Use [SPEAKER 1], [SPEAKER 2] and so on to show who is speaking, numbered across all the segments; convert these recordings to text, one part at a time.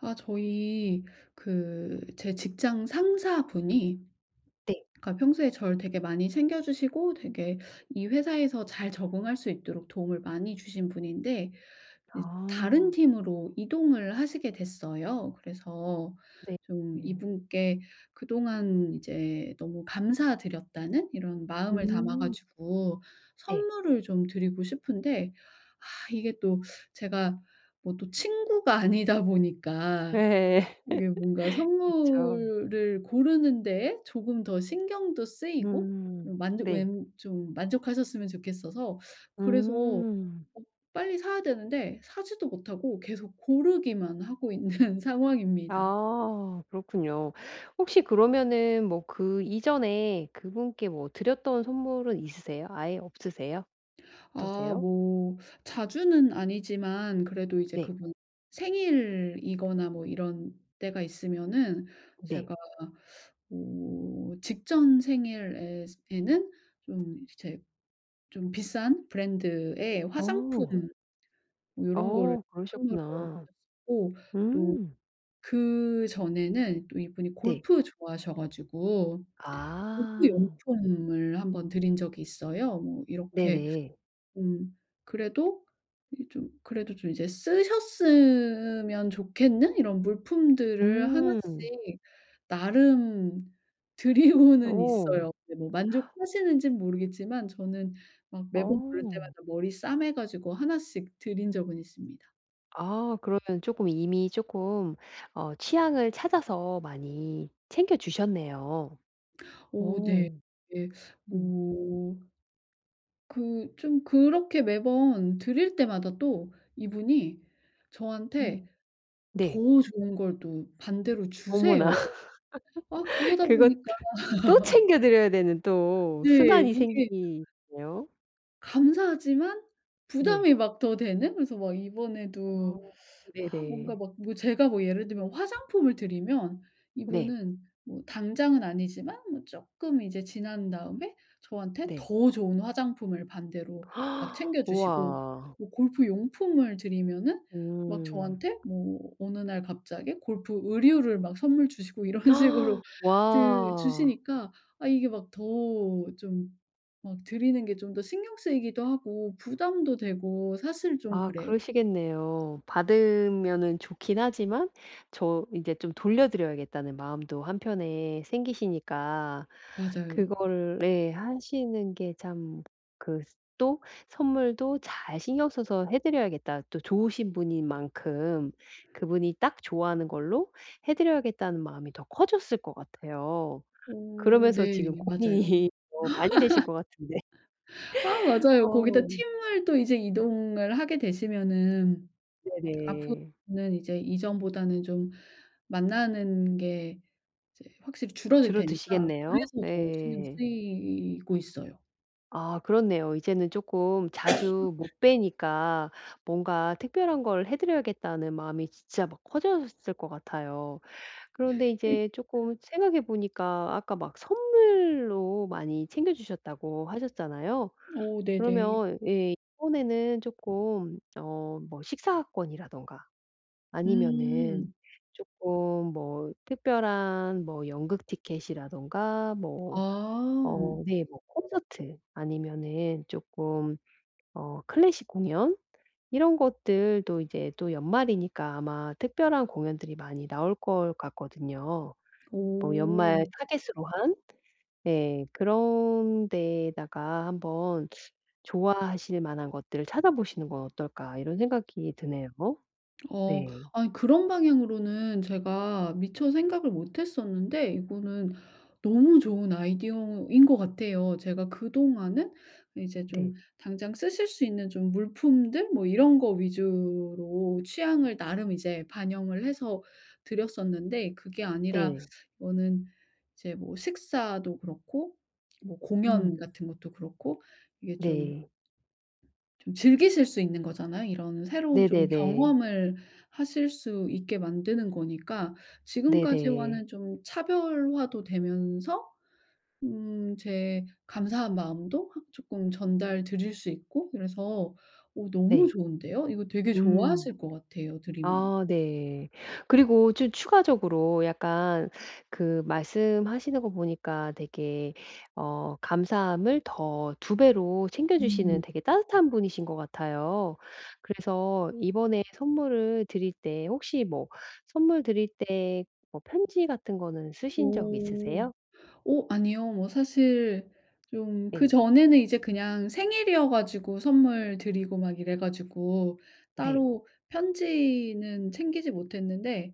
[SPEAKER 1] 아, 저희 그 제 직장 상사분이
[SPEAKER 2] 네.
[SPEAKER 1] 그러니까 평소에 저를 되게 많이 챙겨 주시고 되게 이 회사에서 잘 적응할 수 있도록 도움을 많이 주신 분인데 이제 다른
[SPEAKER 2] 아.
[SPEAKER 1] 팀으로 이동을 하시게 됐어요. 그래서
[SPEAKER 2] 네.
[SPEAKER 1] 좀
[SPEAKER 2] 네.
[SPEAKER 1] 이분께 그동안 이제 너무 감사드렸다는 이런 마음을 담아
[SPEAKER 2] 음.
[SPEAKER 1] 가지고
[SPEAKER 2] 네.
[SPEAKER 1] 선물을 좀 드리고 싶은데, 아 이게 또 제가 뭐 또 친구가 아니다 보니까
[SPEAKER 2] 예.
[SPEAKER 1] 이게 뭔가
[SPEAKER 2] 그쵸.
[SPEAKER 1] 선물을 고르는 데에 조금 더 신경도 쓰이고,
[SPEAKER 2] 음.
[SPEAKER 1] 만족
[SPEAKER 2] 네.
[SPEAKER 1] 웬 좀 만족하셨으면 좋겠어서. 그래서 어
[SPEAKER 2] 음.
[SPEAKER 1] 빨리 사야 되는데 사지도 못하고 계속 고르기만 하고 있는 상황입니다.
[SPEAKER 2] 아 그렇군요. 혹시 그러면은 뭐 그 이전에 그분께 뭐 드렸던 선물은 있으세요? 아예 없으세요?
[SPEAKER 1] 아
[SPEAKER 2] 어떠세요?
[SPEAKER 1] 뭐, 자주는 아니지만 그래도 이제
[SPEAKER 2] 네.
[SPEAKER 1] 그분 생일이거나 뭐 이런 때가 있으면은
[SPEAKER 2] 네.
[SPEAKER 1] 제가 뭐 직전 생일에 에는 좀 이제 좀 비싼 브랜드의 화장품
[SPEAKER 2] 어.
[SPEAKER 1] 뭐 요런 거를
[SPEAKER 2] 어
[SPEAKER 1] 선물을
[SPEAKER 2] 그러셨구나.
[SPEAKER 1] 드렸었고, 또
[SPEAKER 2] 음.
[SPEAKER 1] 그전에는 또 이분이
[SPEAKER 2] 네.
[SPEAKER 1] 골프 좋아하셔 가지고 골프
[SPEAKER 2] 아.
[SPEAKER 1] 용품을 한번 드린 적이 있어요. 뭐 이렇게.
[SPEAKER 2] 네네.
[SPEAKER 1] 음. 그래도 이 좀 그래도 좀 이제 쓰셨으면 좋겠는 이런 물품들을
[SPEAKER 2] 음.
[SPEAKER 1] 하나씩 나름 들이고는
[SPEAKER 2] 오.
[SPEAKER 1] 있어요. 근데 뭐 만족하시는지는 모르겠지만 저는 막 매번 부를
[SPEAKER 2] 어.
[SPEAKER 1] 때마다 머리 싸매 가지고 하나씩 들인 적은 있습니다.
[SPEAKER 2] 아 그러면 조금 이미 조금 어 취향을 찾아서 많이 챙겨 주셨네요.
[SPEAKER 1] 오 네.
[SPEAKER 2] 오,
[SPEAKER 1] 예.
[SPEAKER 2] 음.
[SPEAKER 1] 뭐 그 좀 그렇게 매번 드릴 때마다 또 이분이 저한테
[SPEAKER 2] 음. 네.
[SPEAKER 1] 더 좋은 걸 또 반대로 주세요.
[SPEAKER 2] 어머나.
[SPEAKER 1] 아 그러다
[SPEAKER 2] 그거
[SPEAKER 1] 보니까
[SPEAKER 2] 또 챙겨 드려야 되는 또
[SPEAKER 1] 네,
[SPEAKER 2] 순환이
[SPEAKER 1] 이게
[SPEAKER 2] 생기네요.
[SPEAKER 1] 감사하지만
[SPEAKER 2] 네.
[SPEAKER 1] 부담이 막 더 되는, 그래서 막
[SPEAKER 2] 어.
[SPEAKER 1] 이번에도 뭔가
[SPEAKER 2] 네네.
[SPEAKER 1] 막 뭐 제가 뭐 예를 들면 화장품을 드리면
[SPEAKER 2] 네.
[SPEAKER 1] 이분은 뭐 당장은 아니지만 뭐 쪼끔 이제 지난 다음에 저한테
[SPEAKER 2] 네.
[SPEAKER 1] 더 좋은 화장품을 반대로 막 챙겨 주시고,
[SPEAKER 2] 우와.
[SPEAKER 1] 뭐 골프 용품을 드리면은 막
[SPEAKER 2] 음.
[SPEAKER 1] 저한테 뭐 어느 날 갑자기 골프 의류를 막 선물 주시고 이런 식으로 드
[SPEAKER 2] 와.
[SPEAKER 1] 주시니까 아 이게 막 더 좀 막 드리는 게 좀 더 신경 쓰이기도 하고 부담도 되고 사실 좀
[SPEAKER 2] 아
[SPEAKER 1] 그래요.
[SPEAKER 2] 그러시겠네요. 받으면은 좋긴 하지만 저 이제 좀 돌려드려야겠다는 마음도 한편에 생기시니까
[SPEAKER 1] 맞아요.
[SPEAKER 2] 그거를 네, 하시는 게 참 그 또 선물도 잘 신경 써서 해 드려야겠다. 또 좋으신 분인 만큼 그분이 딱 좋아하는 걸로 해 드려야겠다는 마음이 더 커졌을 것 같아요.
[SPEAKER 1] 오
[SPEAKER 2] 그러면서 지금
[SPEAKER 1] 네. 맞아요.
[SPEAKER 2] 고민이 더 많이 되실 것 같은데.
[SPEAKER 1] 아 맞아요. 거기다
[SPEAKER 2] 어
[SPEAKER 1] 팀을 또 이제 이동을 하게 되시면은
[SPEAKER 2] 네네.
[SPEAKER 1] 앞으로는 이제 이전보다는 좀 만나는 게 이제 확실히
[SPEAKER 2] 줄
[SPEAKER 1] 줄어들
[SPEAKER 2] 드시겠
[SPEAKER 1] 테니까
[SPEAKER 2] 네요
[SPEAKER 1] 그래서 더 신경
[SPEAKER 2] 네.
[SPEAKER 1] 쓰이고 있어요.
[SPEAKER 2] 아 그렇네요. 이제는 조금 자주 못 뵈니까 뭔가 '특별한 걸 해 드려야겠다.'는 마음이 진짜 막 커졌을 것 같아요. 그런데 이제 조금 생각해 보니까 아까 막 선물로 많이 챙겨 주셨다고 하셨잖아요.
[SPEAKER 1] 오 네네.
[SPEAKER 2] 그러면 예 이번에는 조금 어 뭐 식사권이라든가 아니면은
[SPEAKER 1] 음.
[SPEAKER 2] 조금 뭐 특별한 뭐 연극 티켓이라든가 뭐 어
[SPEAKER 1] 아.
[SPEAKER 2] 네. 뭐 콘서트 아니면은 쪼끔 어 클래식 공연 이런 것들도 이제 또 연말이니까 아마 특별한 공연들이 많이 나올 것 같거든요. 뭐
[SPEAKER 1] 오.
[SPEAKER 2] 연말 타깃으로 한 예 그런 데에다가 한번 '좋아하실 만한 것들을 찾아보시는 건 어떨까.' 이런 생각이 드네요.
[SPEAKER 1] 어.
[SPEAKER 2] 네.
[SPEAKER 1] 아니, 그런 방향으로는 제가 미처 생각을 못 했었는데 이거는 너무 좋은 아이디어인 것 같아요. 제가 그동안은 이제 좀
[SPEAKER 2] 네.
[SPEAKER 1] 당장 쓰실 수 있는 좀 물품들 뭐 이런 거 위주로 취향을 나름 이제 반영을 해서 드렸었는데 그게 아니라
[SPEAKER 2] 네.
[SPEAKER 1] 이거는 이제 뭐 식사도 그렇고 뭐 공연
[SPEAKER 2] 음.
[SPEAKER 1] 같은 것도 그렇고 이게 좀
[SPEAKER 2] 네.
[SPEAKER 1] 즐기실 수 있는 거잖아요. 이런 새로운 좀
[SPEAKER 2] 네네네.
[SPEAKER 1] 경험을 하실 수 있게 만드는 거니까
[SPEAKER 2] 네네.
[SPEAKER 1] 지금까지와는 좀 차별화도 되면서 제 감사한 마음도 확 쪼끔 전달드릴 수 있고, 그래서 너무
[SPEAKER 2] 네.
[SPEAKER 1] 좋은데요? 이거 되게
[SPEAKER 2] 음.
[SPEAKER 1] 좋아하실 것 같아요, 들으면.
[SPEAKER 2] 아 네. 그리고 좀 추가적으로 약간 그 말씀하시는 거 보니까 되게 어 감사함을 더 두 배로 챙겨주시는
[SPEAKER 1] 음.
[SPEAKER 2] 되게 따뜻한 분이신 것 같아요. 그래서 이번에 선물을 드릴 때 혹시 뭐 선물 드릴 때 뭐 편지 같은 거는 쓰신 적
[SPEAKER 1] 오.
[SPEAKER 2] 있으세요?
[SPEAKER 1] 어 아니요. 뭐 사실 좀
[SPEAKER 2] 네.
[SPEAKER 1] 그전에는 이제 그냥 생일이어 가지고 선물 드리고 막 이래 가지고
[SPEAKER 2] 네.
[SPEAKER 1] 따로 편지는 챙기지 못했는데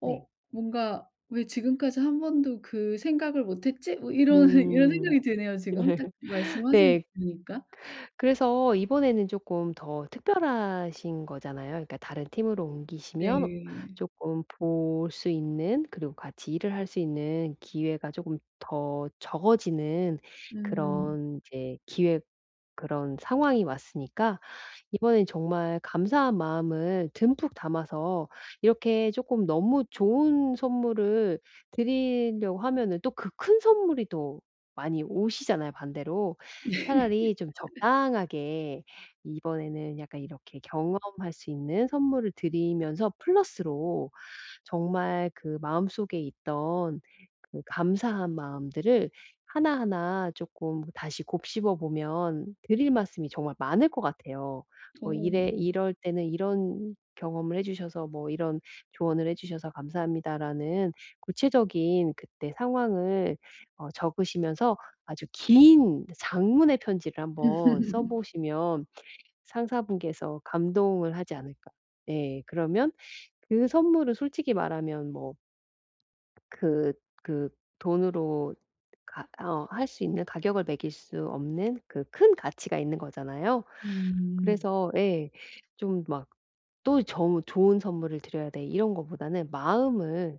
[SPEAKER 2] 네.
[SPEAKER 1] 뭔가 '왜 지금까지 한 번도 그 생각을 못 했지?' 뭐 이런 이런
[SPEAKER 2] 음.
[SPEAKER 1] 생각이 드네요 지금 딱 말씀하시는 거
[SPEAKER 2] 네.
[SPEAKER 1] 들으니까.
[SPEAKER 2] 그래서 이번에는 쪼끔 더 특별하신 거잖아요. 그러니까 다른 팀으로 옮기시면
[SPEAKER 1] 네.
[SPEAKER 2] 쪼끔 볼 수 있는 그리고 같이 일을 할 수 있는 기회가 쪼금 더 적어지는
[SPEAKER 1] 음.
[SPEAKER 2] 그런 이제 기회 그런 상황이 왔으니까 이번엔 정말 감사한 마음을 듬뿍 담아서 이렇게 조금 너무 좋은 선물을 드리려고 하면은 또 그 큰 선물이 또 많이 오시잖아요 반대로. 차라리 좀 적당하게 이번에는 약간 이렇게 경험할 수 있는 선물을 드리면서 플러스로 정말 그 마음속에 있던 그 감사한 마음들을 하나하나 조금 다시 곱씹어 보면 드릴 말씀이 정말 많을 것 같아요. 뭐
[SPEAKER 1] 어.
[SPEAKER 2] 이래 "이럴 때는 이런 경험을 해 주셔서 뭐 이런 조언을 해 주셔서 감사합니다."라는 구체적인 그때 상황을 어 적으시면서 아주 긴 장문의 편지를 한번 써 보시면 상사분께서 감동을 하지 않을까. 예. 그러면 그 선물은 솔직히 말하면 뭐 그 그 돈으로 가 어 할 수 있는 가격을 매길 수 없는 그 큰 가치가 있는 거잖아요.
[SPEAKER 1] 음.
[SPEAKER 2] 그래서 예. 좀 막 또 '좋은 선물을 드려야 돼.' 이런 거보다는 마음을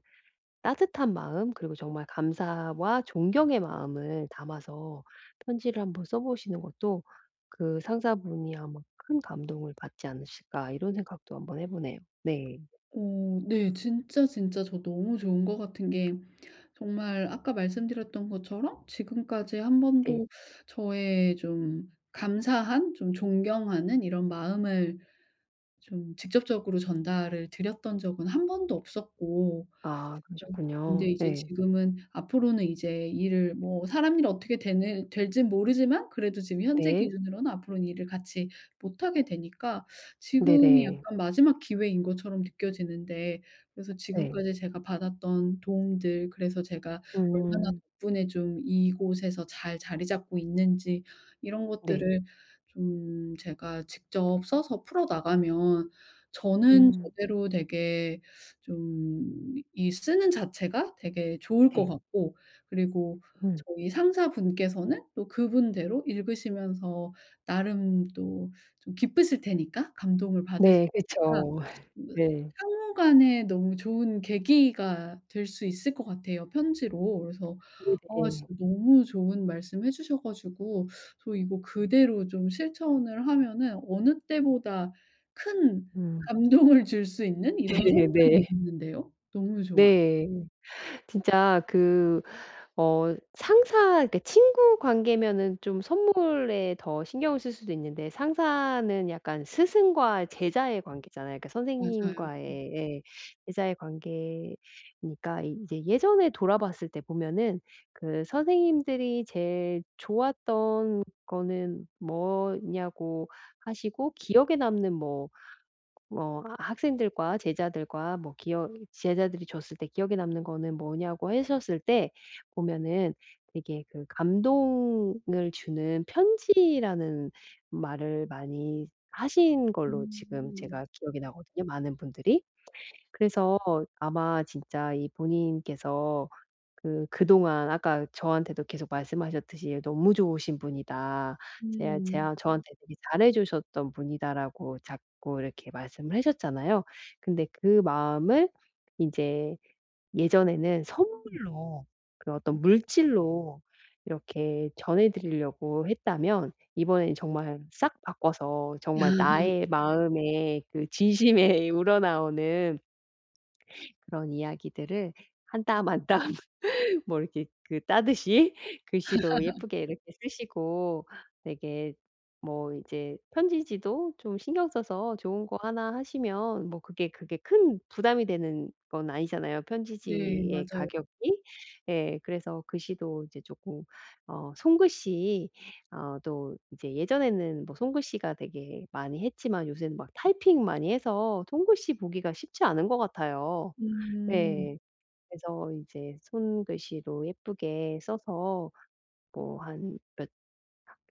[SPEAKER 2] 따뜻한 마음 그리고 정말 감사와 존경의 마음을 담아서 편지를 한번 써 보시는 것도 그 상사분이 아마 '큰 감동을 받지 않으실까.' 이런 생각도 한번 해 보네요. 네.
[SPEAKER 1] 어 네. 진짜, 진짜 저 너무 좋은 것 같은 게 정말 아까 말씀드렸던 것처럼 지금까지 한
[SPEAKER 2] 네.
[SPEAKER 1] 번도 저의 좀 감사한 좀 존경하는 이런 마음을 좀 직접적으로 전달을 드렸던 적은 한 번도 없었고,
[SPEAKER 2] 아
[SPEAKER 1] 그런 근데
[SPEAKER 2] 그러셨군요.
[SPEAKER 1] 이제
[SPEAKER 2] 네.
[SPEAKER 1] 지금은 앞으로는 이제 일을 뭐 사람 일 어떻게 되는 될진 모르지만 그래도 지금 현재
[SPEAKER 2] 네.
[SPEAKER 1] 기준으로는 앞으로는 일을 같이 못 하게 되니까 지금이
[SPEAKER 2] 네네.
[SPEAKER 1] 약간 마지막 기회인 것처럼 느껴지는데, 그래서
[SPEAKER 2] 네.
[SPEAKER 1] 지금까지 제가 받았던 도움들, 그래서 제가 얼마나
[SPEAKER 2] 음.
[SPEAKER 1] 덕분에 좀 이곳에서 잘 자리 잡고 있는지 이런
[SPEAKER 2] 네.
[SPEAKER 1] 것들을 좀 제가 직접 써서 풀어 나가면 저는
[SPEAKER 2] 음.
[SPEAKER 1] 저대로 되게 좀 이 쓰는 자체가 되게 좋을 것
[SPEAKER 2] 네.
[SPEAKER 1] 같고, 그리고
[SPEAKER 2] 음.
[SPEAKER 1] 저희 상사분께서는 또 그분대로 읽으시면서 나름 또 좀 기쁘실 테니까 감동을 받으실
[SPEAKER 2] 네.
[SPEAKER 1] 테니까
[SPEAKER 2] 그쵸.
[SPEAKER 1] 뭐
[SPEAKER 2] 네.
[SPEAKER 1] 상호 간에 너무 좋은 계기가 될 수 있을 것 같아요 편지로. 그래서 아 진짜
[SPEAKER 2] 네네.
[SPEAKER 1] 너무 좋은 말씀 해 주셔 가지고 저 이거 그대로 좀 실천을 하면은 어느 때보다 큰
[SPEAKER 2] 음.
[SPEAKER 1] 감동을 줄 수 있는 이런
[SPEAKER 2] 네.
[SPEAKER 1] 선물이
[SPEAKER 2] 네.
[SPEAKER 1] 되겠는데요. 너무 좋아요.
[SPEAKER 2] 네. 진짜 그 어 상사 그러니까 친구 관계면은 좀 선물에 더 신경을 쓸 수도 있는데 상사는 약간 스승과 제자의 관계잖아요. 그러니까
[SPEAKER 1] 맞아요.
[SPEAKER 2] 선생님과의 예 제자의 관계니까 이제 예전에 돌아봤을 때 보면은 그 선생님들이 제일 좋았던 거는 뭐냐고 하시고 기억에 남는 뭐 뭐 아 학생들과 제자들과 뭐 기억 제자들이 줬을 때 기억에 남는 거는 뭐냐고 하셨을 때 보면은 되게 그 감동을 주는 편지라는 말을 많이 하신 걸로 지금
[SPEAKER 1] 음.
[SPEAKER 2] 제가 기억이 나거든요 많은 분들이. 그래서 아마 진짜 이 본인께서 그 그동안 아까 저한테도 계속 말씀하셨듯이 "너무 좋으신 분이다. 제 제
[SPEAKER 1] 음.
[SPEAKER 2] 저한테 되게 잘해 주셨던 분이다."라고 자꾸 이렇게 말씀을 하셨잖아요. 근데 그 마음을 인제 예전에는 선물로 그 어떤 물질로 이렇게 전해 드리려고 했다면 이번에는 정말 싹 바꿔서 정말 나의 마음에 그 진심에 우러나오는 그런 이야기들을 한땀한땀 뭐 이렇게 그 따듯이 글씨도 예쁘게 이렇게 쓰시고 되게 뭐 이제 편지지도 좀 신경 써서 좋은 거 하나 하시면 뭐 그게 큰 부담이 되는 건 아니잖아요,
[SPEAKER 1] 네
[SPEAKER 2] 편지지의
[SPEAKER 1] 맞아요.
[SPEAKER 2] 가격이. 예. 그래서 글씨도 이제 조금 어 손글씨 어 또 이제 예전에는 뭐 손글씨가 되게 많이 했지만 요새는 막 타이핑 많이 해서 손글씨 보기가 쉽지 않은 것 같아요.
[SPEAKER 1] 음.
[SPEAKER 2] 네. 그래서 이제 손글씨로 예쁘게 써서 뭐 한 몇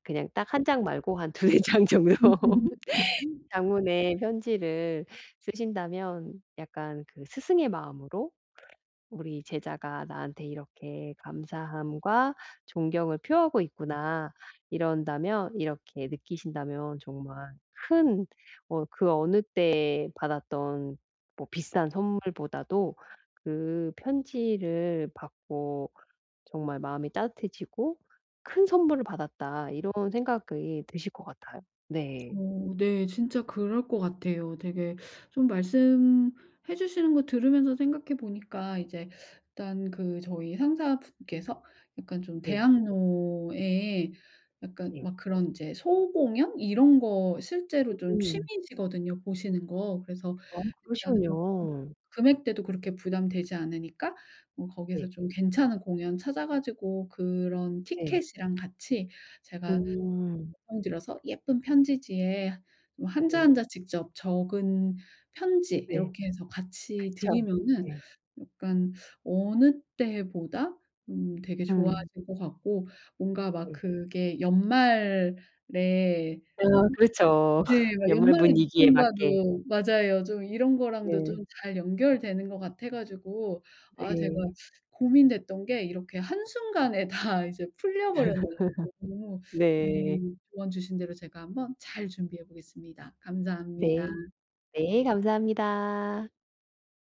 [SPEAKER 2] 그냥 딱 한 장 말고 한 두세 장 정도 장문의 편지를 쓰신다면 약간 그 스승의 마음으로 '우리 제자가 나한테 이렇게 감사함과 존경을 표하고 있구나.' 이런다면 이렇게 느끼신다면 정말 큰 어 그 어느 때 받았던 뭐 비싼 선물보다도 그 편지를 받고 정말 마음이 따뜻해지고 '큰 선물을 받았다.' 이런 생각이 드실 것 같아요. 네.
[SPEAKER 1] 어 네. 진짜 그럴 것 같아요. 되게 좀 말씀해 주시는 거 들으면서 생각해 보니까 이제 일단 그 저희 상사분께서 약간 좀
[SPEAKER 2] 네.
[SPEAKER 1] 대학로에 약간
[SPEAKER 2] 네.
[SPEAKER 1] 막 그런 이제 소공연 이런 거 실제로 좀
[SPEAKER 2] 음.
[SPEAKER 1] 취미시거든요 보시는 거. 그래서
[SPEAKER 2] 아
[SPEAKER 1] 일단은 뭐
[SPEAKER 2] 그러시군요.
[SPEAKER 1] 금액대도 그렇게 부담되지 않으니까 뭐 거기서
[SPEAKER 2] 네.
[SPEAKER 1] 좀 괜찮은 공연 찾아 가지고 그런
[SPEAKER 2] 네.
[SPEAKER 1] 티켓이랑 같이 제가
[SPEAKER 2] 음.
[SPEAKER 1] 정 들어서 예쁜 편지지에 뭐 한자
[SPEAKER 2] 네.
[SPEAKER 1] 한자 직접 적은 편지
[SPEAKER 2] 네.
[SPEAKER 1] 이렇게 해서 같이
[SPEAKER 2] 그쵸.
[SPEAKER 1] 드리면은
[SPEAKER 2] 네.
[SPEAKER 1] 약간 어느 때보다 되게
[SPEAKER 2] 음.
[SPEAKER 1] 좋아하실 것 같고, 뭔가 막
[SPEAKER 2] 네.
[SPEAKER 1] 그게 연말에
[SPEAKER 2] 아
[SPEAKER 1] 좀.
[SPEAKER 2] 그렇죠.
[SPEAKER 1] 네. 막
[SPEAKER 2] 연말
[SPEAKER 1] 연말의
[SPEAKER 2] 분위기에 맞게.
[SPEAKER 1] 느낌과도 맞아요. 좀 이런 거랑도 좀
[SPEAKER 2] 네.
[SPEAKER 1] 잘 연결되는 것 같아 가지고 아 제가
[SPEAKER 2] 네.
[SPEAKER 1] 고민됐던 게 이렇게 한순간에 다 이제 풀려버렸네요. 너무
[SPEAKER 2] 네.
[SPEAKER 1] 이 조언 주신 대로 제가 한번 잘 준비해 보겠습니다. 감사합니다.
[SPEAKER 2] 네. 네. 감사합니다.